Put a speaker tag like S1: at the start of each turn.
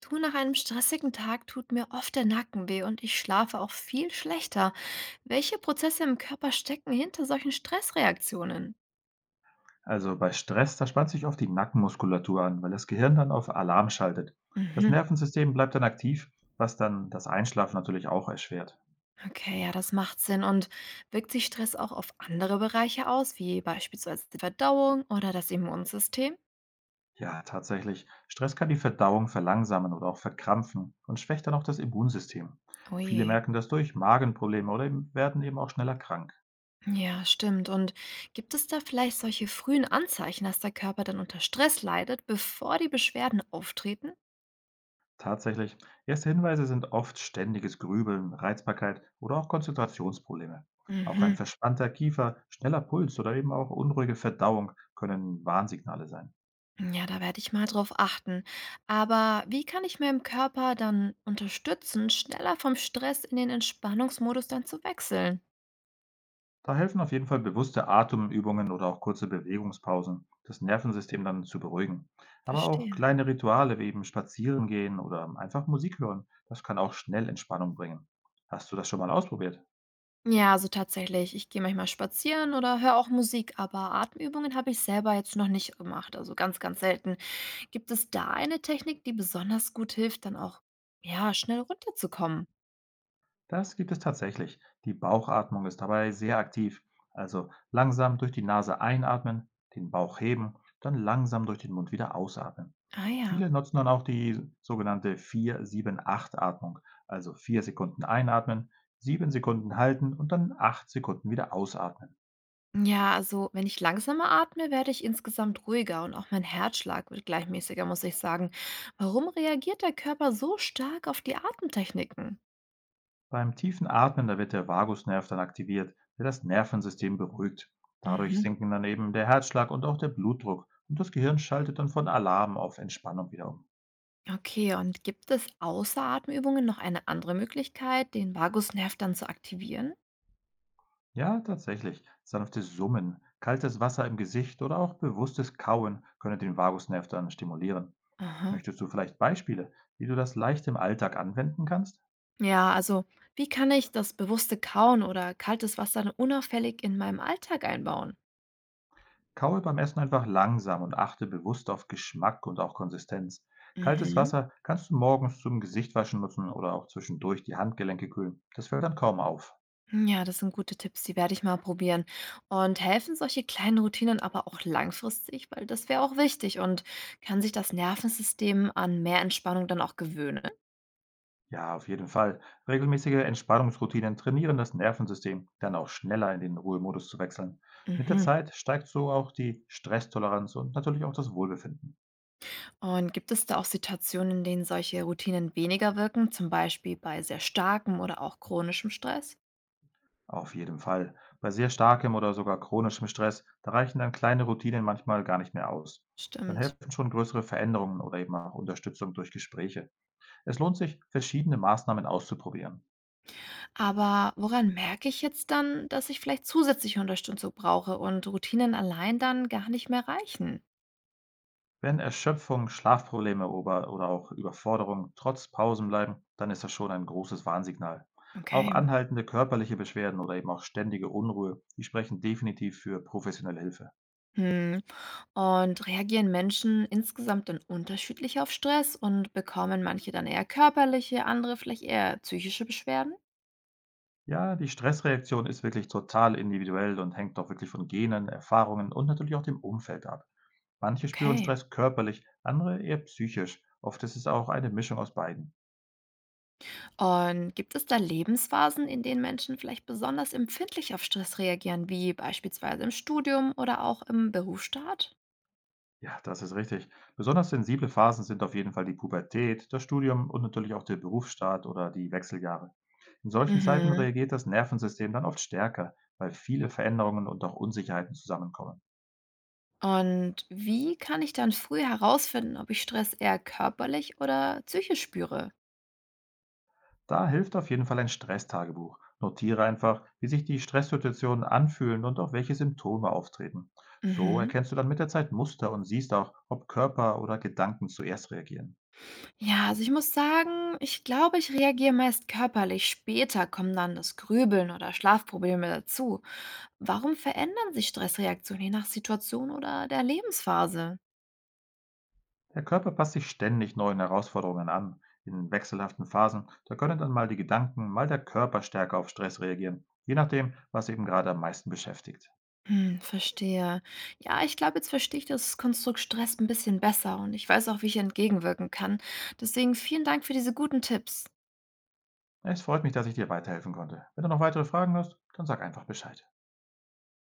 S1: Du, nach einem stressigen Tag tut mir oft der Nacken weh und ich schlafe auch viel schlechter. Welche Prozesse im Körper stecken hinter solchen Stressreaktionen?
S2: Also bei Stress, da spannt sich oft die Nackenmuskulatur an, weil das Gehirn dann auf Alarm schaltet. Das
S1: Mhm.
S2: Nervensystem bleibt dann aktiv, was dann das Einschlafen natürlich auch erschwert.
S1: Okay, ja, das macht Sinn. Und wirkt sich Stress auch auf andere Bereiche aus, wie beispielsweise die Verdauung oder das Immunsystem?
S2: Ja, tatsächlich. Stress kann die Verdauung verlangsamen oder auch verkrampfen und schwächt dann auch das Immunsystem.
S1: Oh
S2: Viele
S1: je.
S2: merken das durch Magenprobleme werden eben auch schneller krank.
S1: Ja, stimmt. Und gibt es da vielleicht solche frühen Anzeichen, dass der Körper dann unter Stress leidet, bevor die Beschwerden auftreten?
S2: Tatsächlich. Erste Hinweise sind oft ständiges Grübeln, Reizbarkeit oder auch Konzentrationsprobleme. Auch ein
S1: Mhm.
S2: verspannter Kiefer, schneller Puls oder eben auch unruhige Verdauung können Warnsignale sein.
S1: Ja, da werde ich mal drauf achten. Aber wie kann ich meinem Körper dann unterstützen, schneller vom Stress in den Entspannungsmodus dann zu wechseln?
S2: Da helfen auf jeden Fall bewusste Atemübungen oder auch kurze Bewegungspausen, das Nervensystem dann zu beruhigen. Aber auch
S1: Verstehe.
S2: kleine Rituale wie eben spazieren gehen oder einfach Musik hören, das kann auch schnell Entspannung bringen. Hast du das schon mal ausprobiert?
S1: Ja, also tatsächlich. Ich gehe manchmal spazieren oder höre auch Musik, aber Atemübungen habe ich selber jetzt noch nicht gemacht, also ganz, ganz selten. Gibt es da eine Technik, die besonders gut hilft, dann auch ja, schnell runterzukommen?
S2: Das gibt es tatsächlich. Die Bauchatmung ist dabei sehr aktiv. Also langsam durch die Nase einatmen, den Bauch heben, dann langsam durch den Mund wieder ausatmen.
S1: Ah ja.
S2: Viele nutzen dann auch die sogenannte vier sieben acht atmung. Also 4 Sekunden einatmen, 7 Sekunden halten und dann 8 Sekunden wieder ausatmen.
S1: Ja, also wenn ich langsamer atme, werde ich insgesamt ruhiger und auch mein Herzschlag wird gleichmäßiger, muss ich sagen. Warum reagiert der Körper so stark auf die Atemtechniken?
S2: Beim tiefen Atmen, da wird der Vagusnerv dann aktiviert, der das Nervensystem beruhigt. Dadurch
S1: Mhm.
S2: sinken dann eben der Herzschlag und auch der Blutdruck, und das Gehirn schaltet dann von Alarm auf Entspannung wieder um.
S1: Okay, und gibt es außer Atemübungen noch eine andere Möglichkeit, den Vagusnerv dann zu aktivieren?
S2: Ja, tatsächlich. Sanftes Summen, kaltes Wasser im Gesicht oder auch bewusstes Kauen können den Vagusnerv dann stimulieren.
S1: Aha.
S2: Möchtest du vielleicht Beispiele, wie du das leicht im Alltag anwenden kannst?
S1: Ja, also wie kann ich das bewusste Kauen oder kaltes Wasser dann unauffällig in meinem Alltag einbauen?
S2: Kaue beim Essen einfach langsam und achte bewusst auf Geschmack und auch Konsistenz. Kaltes
S1: Mhm.
S2: Wasser kannst du morgens zum Gesichtwaschen nutzen oder auch zwischendurch die Handgelenke kühlen. Das fällt dann kaum auf.
S1: Ja, das sind gute Tipps, die werde ich mal probieren. Und helfen solche kleinen Routinen aber auch langfristig, weil das wäre auch wichtig und kann sich das Nervensystem an mehr Entspannung dann auch gewöhnen?
S2: Ja, auf jeden Fall. Regelmäßige Entspannungsroutinen trainieren das Nervensystem, dann auch schneller in den Ruhemodus zu wechseln. Mit der
S1: Mhm.
S2: Zeit steigt so auch die Stresstoleranz und natürlich auch das Wohlbefinden.
S1: Und gibt es da auch Situationen, in denen solche Routinen weniger wirken, zum Beispiel bei sehr starkem oder auch chronischem Stress?
S2: Auf jeden Fall. Bei sehr starkem oder sogar chronischem Stress, da reichen dann kleine Routinen manchmal gar nicht mehr aus. Dann
S1: Stimmt.
S2: helfen schon größere Veränderungen oder eben auch Unterstützung durch Gespräche. Es lohnt sich, verschiedene Maßnahmen auszuprobieren.
S1: Aber woran merke ich jetzt dann, dass ich vielleicht zusätzliche Unterstützung brauche und Routinen allein dann gar nicht mehr reichen?
S2: Wenn Erschöpfung, Schlafprobleme, ober oder auch Überforderung trotz Pausen bleiben, dann ist das schon ein großes Warnsignal. Auch
S1: Okay.
S2: anhaltende körperliche Beschwerden oder eben auch ständige Unruhe, die sprechen definitiv für professionelle Hilfe.
S1: Hm. Und reagieren Menschen insgesamt dann unterschiedlich auf Stress und bekommen manche dann eher körperliche, andere vielleicht eher psychische Beschwerden?
S2: Ja, die Stressreaktion ist wirklich total individuell und hängt doch wirklich von Genen, Erfahrungen und natürlich auch dem Umfeld ab. Manche spüren
S1: Okay.
S2: Stress körperlich, andere eher psychisch. Oft ist es auch eine Mischung aus beiden.
S1: Und gibt es da Lebensphasen, in denen Menschen vielleicht besonders empfindlich auf Stress reagieren, wie beispielsweise im Studium oder auch im Berufsstart?
S2: Ja, das ist richtig. Besonders sensible Phasen sind auf jeden Fall die Pubertät, das Studium und natürlich auch der Berufsstart oder die Wechseljahre. In solchen Zeiten
S1: Mhm.
S2: reagiert das Nervensystem dann oft stärker, weil viele Veränderungen und auch Unsicherheiten zusammenkommen.
S1: Und wie kann ich dann früh herausfinden, ob ich Stress eher körperlich oder psychisch spüre?
S2: Da hilft auf jeden Fall ein Stresstagebuch. Notiere einfach, wie sich die Stresssituationen anfühlen und auch welche Symptome auftreten. So
S1: Mhm.
S2: erkennst du dann mit der Zeit Muster und siehst auch, ob Körper oder Gedanken zuerst reagieren.
S1: Ja, also ich muss sagen, ich glaube, ich reagiere meist körperlich. Später kommen dann das Grübeln oder Schlafprobleme dazu. Warum verändern sich Stressreaktionen je nach Situation oder der Lebensphase?
S2: Der Körper passt sich ständig neuen Herausforderungen an. In wechselhaften Phasen, da können dann mal die Gedanken, mal der Körper stärker auf Stress reagieren, je nachdem, was eben gerade am meisten beschäftigt.
S1: Hm, verstehe. Ja, ich glaube, jetzt verstehe ich das Konstrukt Stress ein bisschen besser und ich weiß auch, wie ich entgegenwirken kann. Deswegen vielen Dank für diese guten Tipps.
S2: Es freut mich, dass ich dir weiterhelfen konnte. Wenn du noch weitere Fragen hast, dann sag einfach Bescheid.